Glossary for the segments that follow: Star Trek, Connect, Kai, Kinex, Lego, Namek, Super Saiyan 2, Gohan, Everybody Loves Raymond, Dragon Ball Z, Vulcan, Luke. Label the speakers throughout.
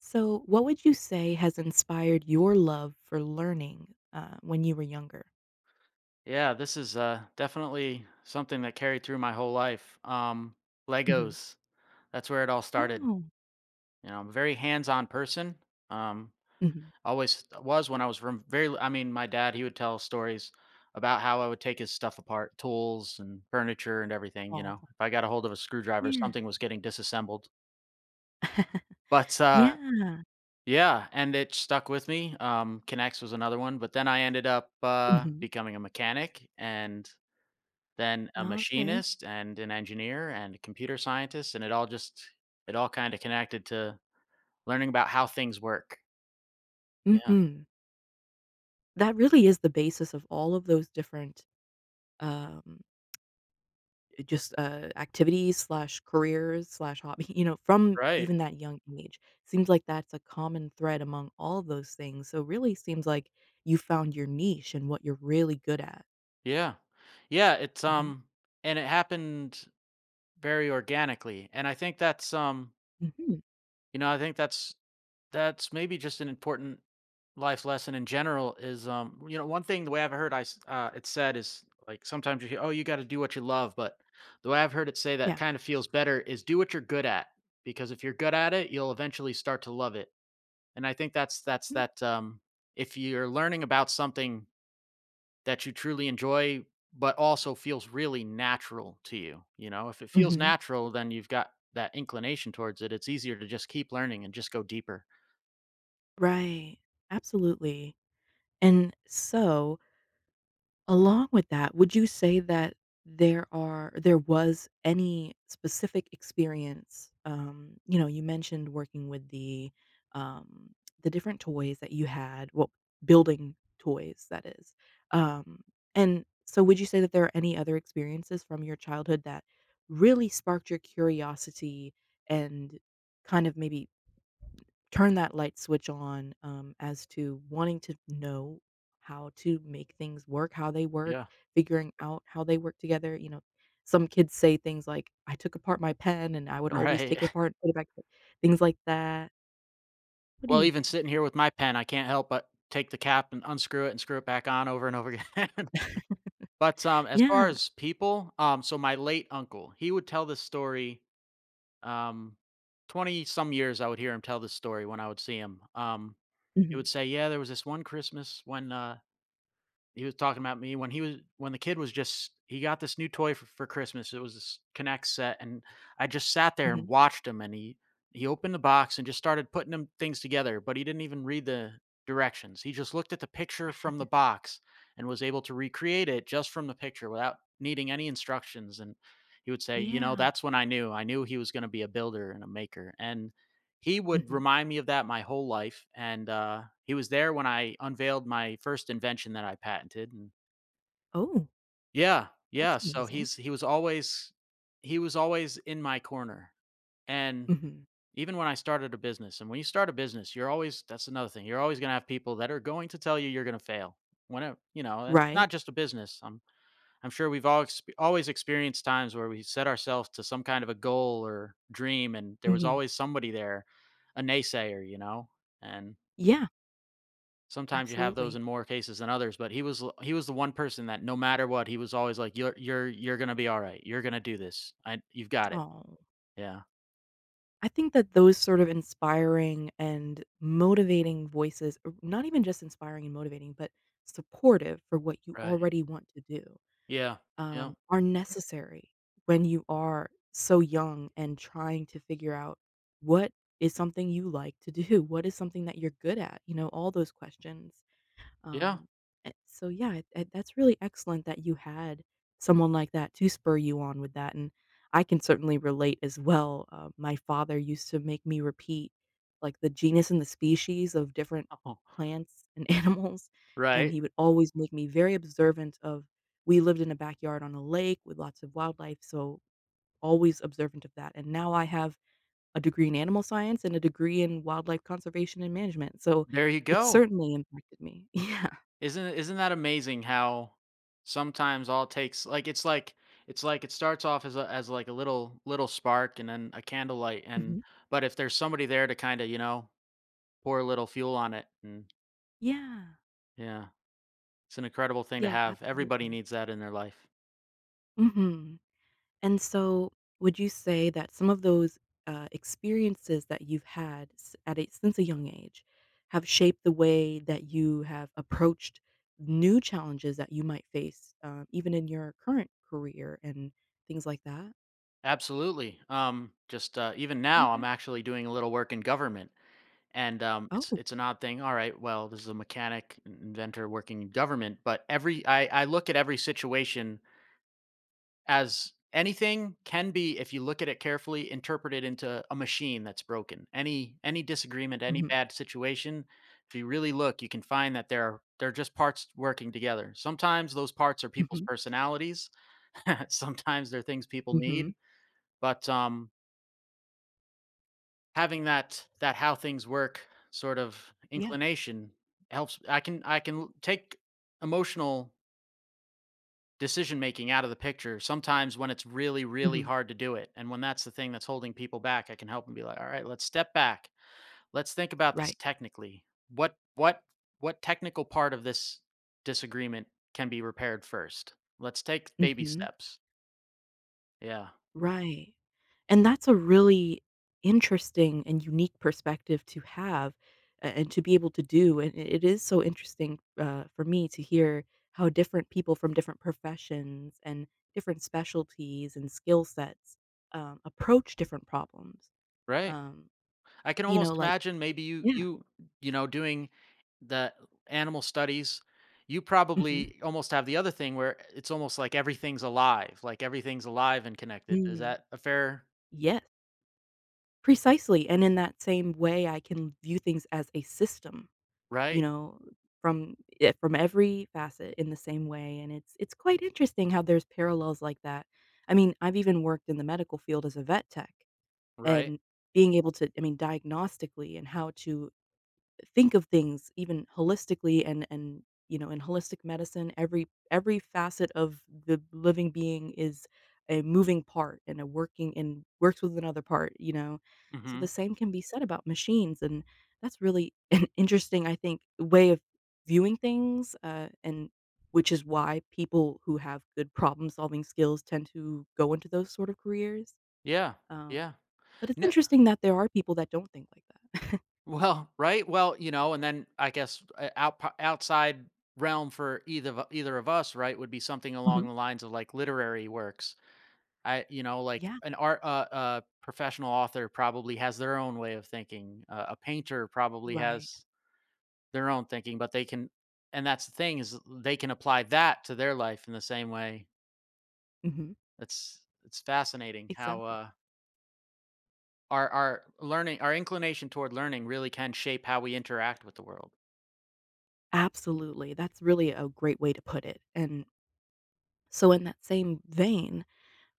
Speaker 1: So, what would you say has inspired your love for learning when you were younger?
Speaker 2: Yeah, this is definitely something that carried through my whole life.
Speaker 1: Mhm.
Speaker 2: Legos, that's where it all started.
Speaker 1: Oh,
Speaker 2: You know, I'm a very hands-on person. Um,
Speaker 1: mhm.
Speaker 2: always was when I was from very. I mean, my dad he would tell stories about how I would take his stuff apart, tools and furniture and everything. You
Speaker 1: Oh.
Speaker 2: know, if I got a hold of a screwdriver,
Speaker 1: Yeah.
Speaker 2: something was getting disassembled. But
Speaker 1: Yeah.
Speaker 2: yeah, and it stuck with me. Kinex was another one, but then I ended up
Speaker 1: Mhm.
Speaker 2: becoming a mechanic and then a
Speaker 1: Okay.
Speaker 2: machinist and an engineer and a computer scientist, and it all just it all kinda connected to learning about how things work. Yeah.
Speaker 1: Mhm. That really is the basis of all of those different, um, just activities slash careers slash hobby. You know, from
Speaker 2: Right.
Speaker 1: even that young age, seems like that's a common thread among all of those things. So, really, seems like you found your niche and what you're really good at.
Speaker 2: Yeah. Yeah, it's,
Speaker 1: Hmm.
Speaker 2: um and it happened very organically, and I think that's
Speaker 1: Hmm.
Speaker 2: you know, I think that's maybe just an important life lesson in general is you know, one thing the way I've heard it said is like sometimes you hear, oh, you got to do what you love, but the way I've heard it say that
Speaker 1: Yeah.
Speaker 2: kind of feels better is do what you're good at, because if you're good at it you'll eventually start to love it. And I think that's that if you're learning about something that you truly enjoy, but also feels really natural to you, you know? If it feels
Speaker 1: Mhm.
Speaker 2: natural, then you've got that inclination towards it. It's easier to just keep learning and just go deeper.
Speaker 1: Right. Absolutely. And so, along with that, would you say that there was any specific experience, you know, you mentioned working with um, the different toys that you had, well, building toys, that is. Um, and so would you say that there are any other experiences from your childhood that really sparked your curiosity and kind of maybe turn that light switch on as to wanting to know how to make things work, how they work,
Speaker 2: Yeah.
Speaker 1: figuring out how they work together. You know, some kids say things like, "I took apart my pen and I would always
Speaker 2: Right.
Speaker 1: take it apart and put it back, to-" things like that. What do
Speaker 2: Well,
Speaker 1: you
Speaker 2: even
Speaker 1: think?
Speaker 2: sitting here with my pen, I can't help but take the cap and unscrew it and screw it back on over and over again. But, as far
Speaker 1: Yeah.
Speaker 2: as people, so my late uncle, he would tell this story, um, 20 some years I would hear him tell this story when I would see him. He
Speaker 1: Hmm.
Speaker 2: would say, "Yeah, there was this one Christmas when, He was talking about me when he was when the kid was just he got this new toy for Christmas. It was this Connect set, and I just sat there and
Speaker 1: Hmm.
Speaker 2: watched him. And he opened the box and just started putting them things together, but he didn't even read the directions. He just looked at the picture from the box and was able to recreate it just from the picture without needing any instructions. And he would say, you know,
Speaker 1: Yeah.
Speaker 2: that's when I knew. I knew he was going to be a builder and a maker. And he would
Speaker 1: Hmm.
Speaker 2: remind me of that my whole life, and, he was there when I unveiled my first invention that I patented, and
Speaker 1: Oh,
Speaker 2: yeah,
Speaker 1: that's
Speaker 2: yeah, so
Speaker 1: amazing.
Speaker 2: he was always in my corner, and
Speaker 1: Hmm.
Speaker 2: even when I started a business, and when you start a business, you're always that's another thing, you're always gonna have people that are going to tell you you're gonna fail. Whenever, you know, and
Speaker 1: Right.
Speaker 2: not just a business, I'm sure we've all always experienced times where we set ourselves to some kind of a goal or dream, and there was
Speaker 1: Hmm.
Speaker 2: always somebody there, a naysayer, you know. And
Speaker 1: Yeah,
Speaker 2: sometimes you have those
Speaker 1: absolutely.
Speaker 2: in more cases than others. But he was the one person that no matter what, he was always like, "You're you're gonna be all right. You're gonna do this. I you've got it."
Speaker 1: Oh.
Speaker 2: Yeah.
Speaker 1: I think that those sort of inspiring and motivating voices, or not even just inspiring and motivating, but supportive for what you
Speaker 2: Right.
Speaker 1: already want to do,
Speaker 2: Yeah. Yeah.
Speaker 1: are necessary when you are so young and trying to figure out what is something you like to do. What is something that you're good at? You know, all those questions.
Speaker 2: Yeah.
Speaker 1: Um, so yeah, that's really excellent that you had someone like that to spur you on with that, and I can certainly relate as well. My father used to make me repeat like the genus and the species of different plants and animals, and
Speaker 2: right.
Speaker 1: he would always make me very observant of. We lived in a backyard on a lake with lots of wildlife, so always observant of that. And now I have a degree in animal science and a degree in wildlife conservation and management, so
Speaker 2: There you
Speaker 1: it
Speaker 2: go.
Speaker 1: certainly impacted me.
Speaker 2: Isn't that amazing how sometimes all it takes it's like it starts off as a as like a little little spark and then a candlelight and
Speaker 1: Yeah.
Speaker 2: but if there's somebody there to kind of, you know, pour a little fuel on it and
Speaker 1: Yeah.
Speaker 2: yeah, it's an incredible thing to
Speaker 1: Yeah,
Speaker 2: have. Everybody
Speaker 1: absolutely.
Speaker 2: needs that in their life.
Speaker 1: Mhm. And so, would you say that some of those experiences that you've had s at a since a young age have shaped the way that you have approached new challenges that you might face, even in your current career and things like that?
Speaker 2: Absolutely. Just even now, I'm
Speaker 1: Okay.
Speaker 2: actually doing a little work in government, and
Speaker 1: Oh.
Speaker 2: it's an odd thing. All right, well, this is a mechanic, an inventor working in government, but every I look at every situation as anything can be, if you look at it carefully, interpreted into a machine that's broken. Any disagreement, any
Speaker 1: Mhm.
Speaker 2: bad situation, if you really look, you can find that there are they're just parts working together. Sometimes those parts are people's
Speaker 1: Mhm.
Speaker 2: personalities, sometimes they're things people
Speaker 1: Mhm.
Speaker 2: need, but having that how things work sort of
Speaker 1: Yeah.
Speaker 2: inclination helps. I can take emotional decision making out of the picture sometimes when it's really really
Speaker 1: Mhm.
Speaker 2: hard to do it, and when that's the thing that's holding people back I can help and be like, all right, let's step back, let's think about this
Speaker 1: Right.
Speaker 2: technically. What what technical part of this disagreement can be repaired first? Let's take baby
Speaker 1: Mhm.
Speaker 2: steps. Yeah.
Speaker 1: Right. And that's a really interesting and unique perspective to have a and to be able to do, and it is so interesting, for me to hear how different people from different professions and different specialties and skill sets, approach different problems.
Speaker 2: Right.
Speaker 1: Um,
Speaker 2: I can
Speaker 1: you know,
Speaker 2: almost
Speaker 1: like.
Speaker 2: imagine maybe you
Speaker 1: Yeah.
Speaker 2: you you know doing the animal studies you
Speaker 1: Mhm.
Speaker 2: probably almost have the other thing where it's almost like everything's alive and connected. Is
Speaker 1: Mm.
Speaker 2: that a fair
Speaker 1: Yes. Precisely, and in that same way, I can view things as a system. You
Speaker 2: Right,
Speaker 1: know, from every facet in the same way, and it's quite interesting how there's parallels like that. I mean, I've even worked in the medical field as a vet tech,
Speaker 2: right.
Speaker 1: and being able to, I mean, diagnostically, and how to think of things even holistically, and you know, in holistic medicine every facet of the living being is a moving part and a working, and works with another part, you know, so the
Speaker 2: Mhm.
Speaker 1: same can be said about machines. And that's really an interesting, I think, way of viewing things, and which is why people who have good problem solving skills tend to go into those sort of careers,
Speaker 2: Yeah,
Speaker 1: um,
Speaker 2: yeah.
Speaker 1: but it's
Speaker 2: No
Speaker 1: interesting that there are people that don't think like that.
Speaker 2: well, right? Well, you know, and then I guess, outside realm for either of us, right, would be something along
Speaker 1: Mhm.
Speaker 2: the lines of, like, literary works. I you know, like,
Speaker 1: Yeah.
Speaker 2: an art a professional author probably has their own way of thinking. A painter probably
Speaker 1: Right.
Speaker 2: has their own thinking, but they can And that's the thing, is they can apply that to their life in the same way.
Speaker 1: Mhm.
Speaker 2: It's it's fascinating how,
Speaker 1: Exactly.
Speaker 2: our learning, our inclination toward learning, really can shape how we interact with the world.
Speaker 1: Absolutely. That's really a great way to put it. And so in that same vein,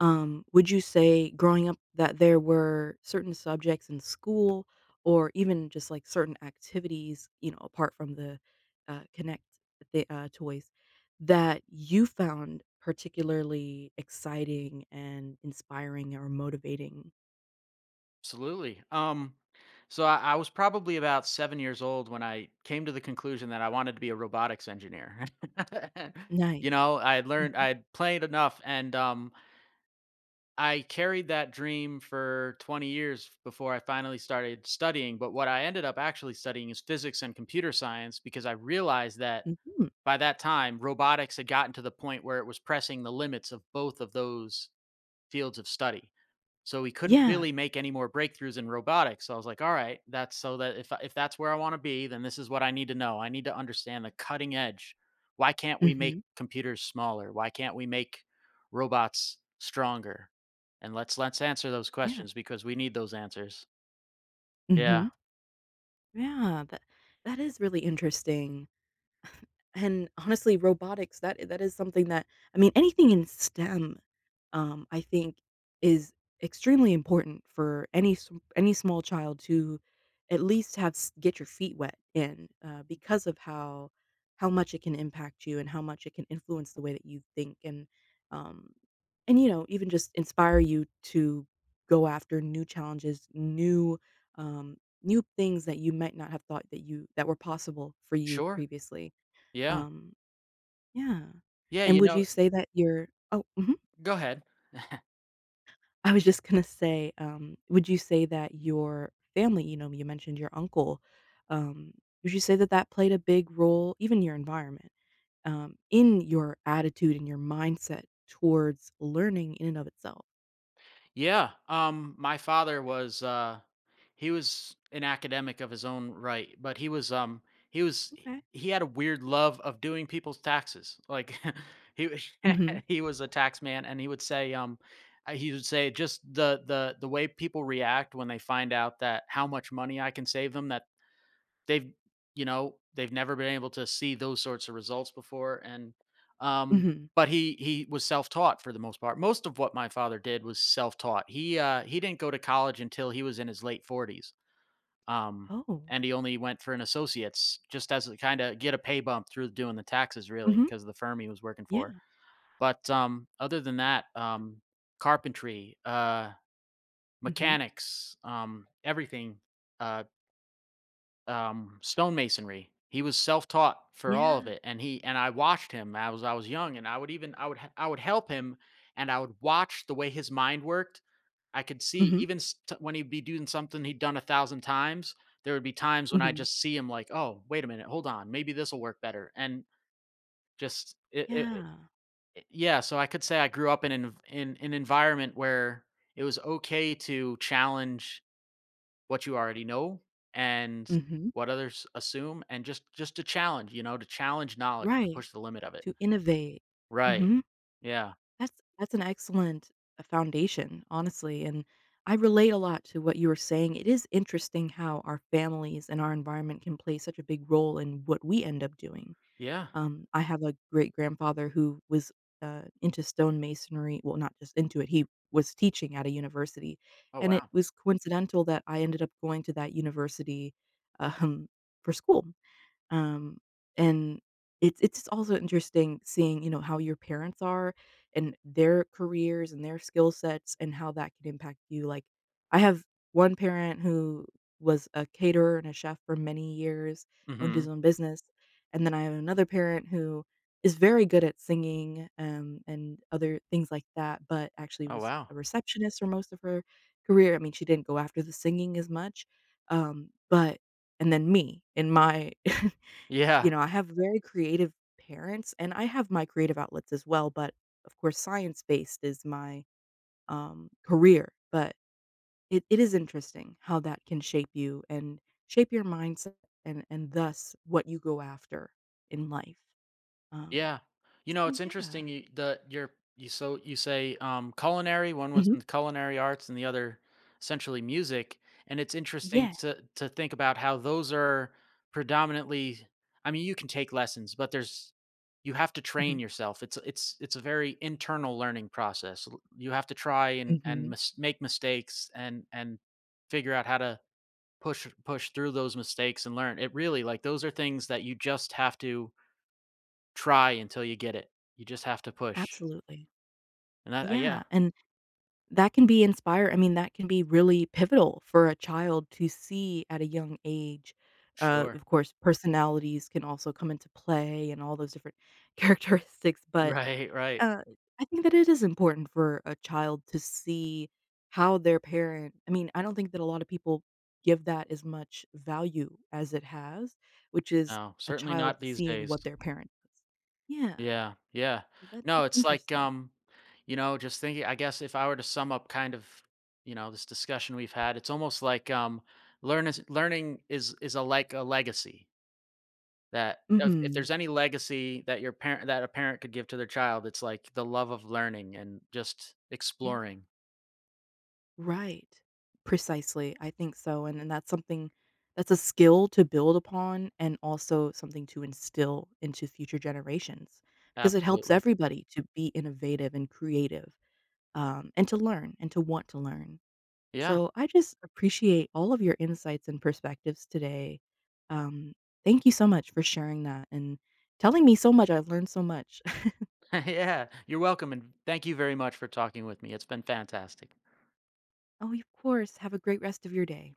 Speaker 1: would you say growing up that there were certain subjects in school, or even just like certain activities, you know, apart from the Connect, the toys, that you found particularly exciting and inspiring or motivating?
Speaker 2: Absolutely. So I was probably about 7 years old when I came to the conclusion that I wanted to be a robotics engineer. you
Speaker 1: Nice.
Speaker 2: know, I had learned, I
Speaker 1: Mhm.
Speaker 2: had played enough, and I carried that dream for 20 years before I finally started studying. But what I ended up actually studying is physics and computer science, because I realized that
Speaker 1: Mhm.
Speaker 2: by that time, robotics had gotten to the point where it was pressing the limits of both of those fields of study. So we couldn't
Speaker 1: Yeah.
Speaker 2: really make any more breakthroughs in robotics. So I was like, all right, that's so that if that's where I want to be, then this is what I need to know. I need to understand the cutting edge. Why can't we
Speaker 1: Mhm.
Speaker 2: make computers smaller? Why can't we make robots stronger? And let's answer those
Speaker 1: Yeah.
Speaker 2: questions, because we need those answers. Yeah.
Speaker 1: Mhm. Yeah, that that is really interesting. And honestly, robotics, that that is something that, I mean, anything in STEM, I think, is extremely important for any any small child to at least get your feet wet in, because of how much it can impact you and how much it can influence the way that you think, um, and you know, even just inspire you to go after new challenges, new, um, new things that you might not have thought that you that were possible for you
Speaker 2: Sure.
Speaker 1: previously.
Speaker 2: Yeah.
Speaker 1: Um, yeah.
Speaker 2: Yeah,
Speaker 1: And
Speaker 2: you
Speaker 1: would
Speaker 2: know,
Speaker 1: you say that you're? Oh, mhm.
Speaker 2: go ahead.
Speaker 1: I was just gonna say, would you say that your family, you know, you mentioned your uncle, um, would you say that that played a big role, even your environment, in your attitude and your mindset towards learning in and of itself?
Speaker 2: Yeah. My father was he was an academic of his own right, but he was he was
Speaker 1: Okay.
Speaker 2: he had a weird love of doing people's taxes. Like he wa-
Speaker 1: Mhm.
Speaker 2: he was a tax man, and he would say just the the way people react when they find out that how much money I can save them, that they've you know they've never been able to see those sorts of results before, and um
Speaker 1: Mhm.
Speaker 2: but he was self-taught for the most part. Most of what my father did was self-taught. He didn't go to college until he was in his late 40s. Um,
Speaker 1: Oh.
Speaker 2: and he only went for an associate's just as a kinda get a pay bump through doing the taxes, really, really,
Speaker 1: Mhm.
Speaker 2: 'cause the firm he was working for.
Speaker 1: Yeah.
Speaker 2: But, other than that, carpentry,
Speaker 1: Mhm.
Speaker 2: mechanics, everything, uh, stonemasonry. He was self-taught for all of
Speaker 1: Yeah.
Speaker 2: it, and he and I watched him. I was young, and I would even I would help him, and I would watch the way his mind worked. I could see
Speaker 1: Mhm.
Speaker 2: even st when he'd be doing something he'd done 1,000 times, there would be times when I
Speaker 1: Mhm.
Speaker 2: just see him like, "Oh, wait a minute, hold on, maybe this'll work better," and just it it
Speaker 1: Yeah.
Speaker 2: it yeah, so I could say I grew up in an environment where it was okay to challenge what you already know, and
Speaker 1: Mhm.
Speaker 2: what others assume, and just to challenge, you know, to challenge knowledge, to
Speaker 1: Right.
Speaker 2: push the limit of it.
Speaker 1: To innovate.
Speaker 2: Right.
Speaker 1: Mhm.
Speaker 2: Yeah.
Speaker 1: That's that's an excellent, foundation, honestly, and I relate a lot to what you were saying. It is interesting how our families and our environment can play such a big role in what we end up doing.
Speaker 2: Yeah.
Speaker 1: I have a great-grandfather who was, into stonemasonry, well, not just into it, he was teaching at a university,
Speaker 2: Oh,
Speaker 1: and it
Speaker 2: wow.
Speaker 1: was coincidental that I ended up going to that university, um, for school. Um, and it's also interesting seeing, you know, how your parents are and their careers and their skill sets and how that can impact you. Like, I have one parent who was a caterer and a chef for many years, owned his
Speaker 2: Mhm.
Speaker 1: own business, and then I have another parent who is very good at singing, and other things like that, but actually
Speaker 2: Oh,
Speaker 1: was
Speaker 2: wow.
Speaker 1: a receptionist for most of her career. I mean, she didn't go after the singing as much, but and then me in my.
Speaker 2: Yeah.
Speaker 1: You know, I have very creative parents, and I have my creative outlets as well, but of course, science-based is my, career, but it is interesting how that can shape you and shape your mindset, and thus what you go after in life. Um,
Speaker 2: Yeah. You know,
Speaker 1: so
Speaker 2: it's
Speaker 1: yeah.
Speaker 2: interesting you so you say culinary, one was
Speaker 1: Mhm.
Speaker 2: in the culinary arts and the other essentially music. And it's interesting
Speaker 1: Yeah.
Speaker 2: to think about how those are predominantly I mean, you can take lessons, but there's you have to train
Speaker 1: Mhm.
Speaker 2: yourself. It's it's a very internal learning process. You have to try and
Speaker 1: Mhm.
Speaker 2: make mistakes and figure out how to push push through those mistakes and learn. It really like those are things that you just have to try until you get it. You just have to push.
Speaker 1: Absolutely.
Speaker 2: And that yeah,
Speaker 1: Yeah, and that can be inspire, I mean, that can be really pivotal for a child to see at a young age.
Speaker 2: sure.
Speaker 1: Of course, personalities can also come into play and all those different characteristics, but,
Speaker 2: Right, right.
Speaker 1: uh, I think that it is important for a child to see how their parent, I mean, I don't think that a lot of people give that as much value as it has, which is
Speaker 2: No,
Speaker 1: a
Speaker 2: certainly
Speaker 1: child
Speaker 2: not these
Speaker 1: seeing
Speaker 2: days.
Speaker 1: what their parent does. Yeah,
Speaker 2: Yeah, yeah.
Speaker 1: that
Speaker 2: No,
Speaker 1: that's
Speaker 2: it's like,
Speaker 1: interesting.
Speaker 2: you know, just thinking, I guess if I were to sum up kind of, you know, this discussion we've had, it's almost like, learning is a like a legacy that if
Speaker 1: Mhm.
Speaker 2: there's any legacy that your parent that a parent could give to their child, it's like the love of learning and just
Speaker 1: Yeah.
Speaker 2: exploring.
Speaker 1: Right. Precisely, I think so, and that's something, that's a skill to build upon and also something to instill into future generations, because it helps
Speaker 2: Absolutely.
Speaker 1: everybody to be innovative and creative, and to learn and to want to learn.
Speaker 2: Yeah.
Speaker 1: So I just appreciate all of your insights and perspectives today. Um, thank you so much for sharing that and telling me so much. I learned so much.
Speaker 2: yeah, you're welcome. And thank you very much for talking with me. It's been fantastic.
Speaker 1: Oh, of course. Have a great rest of your day.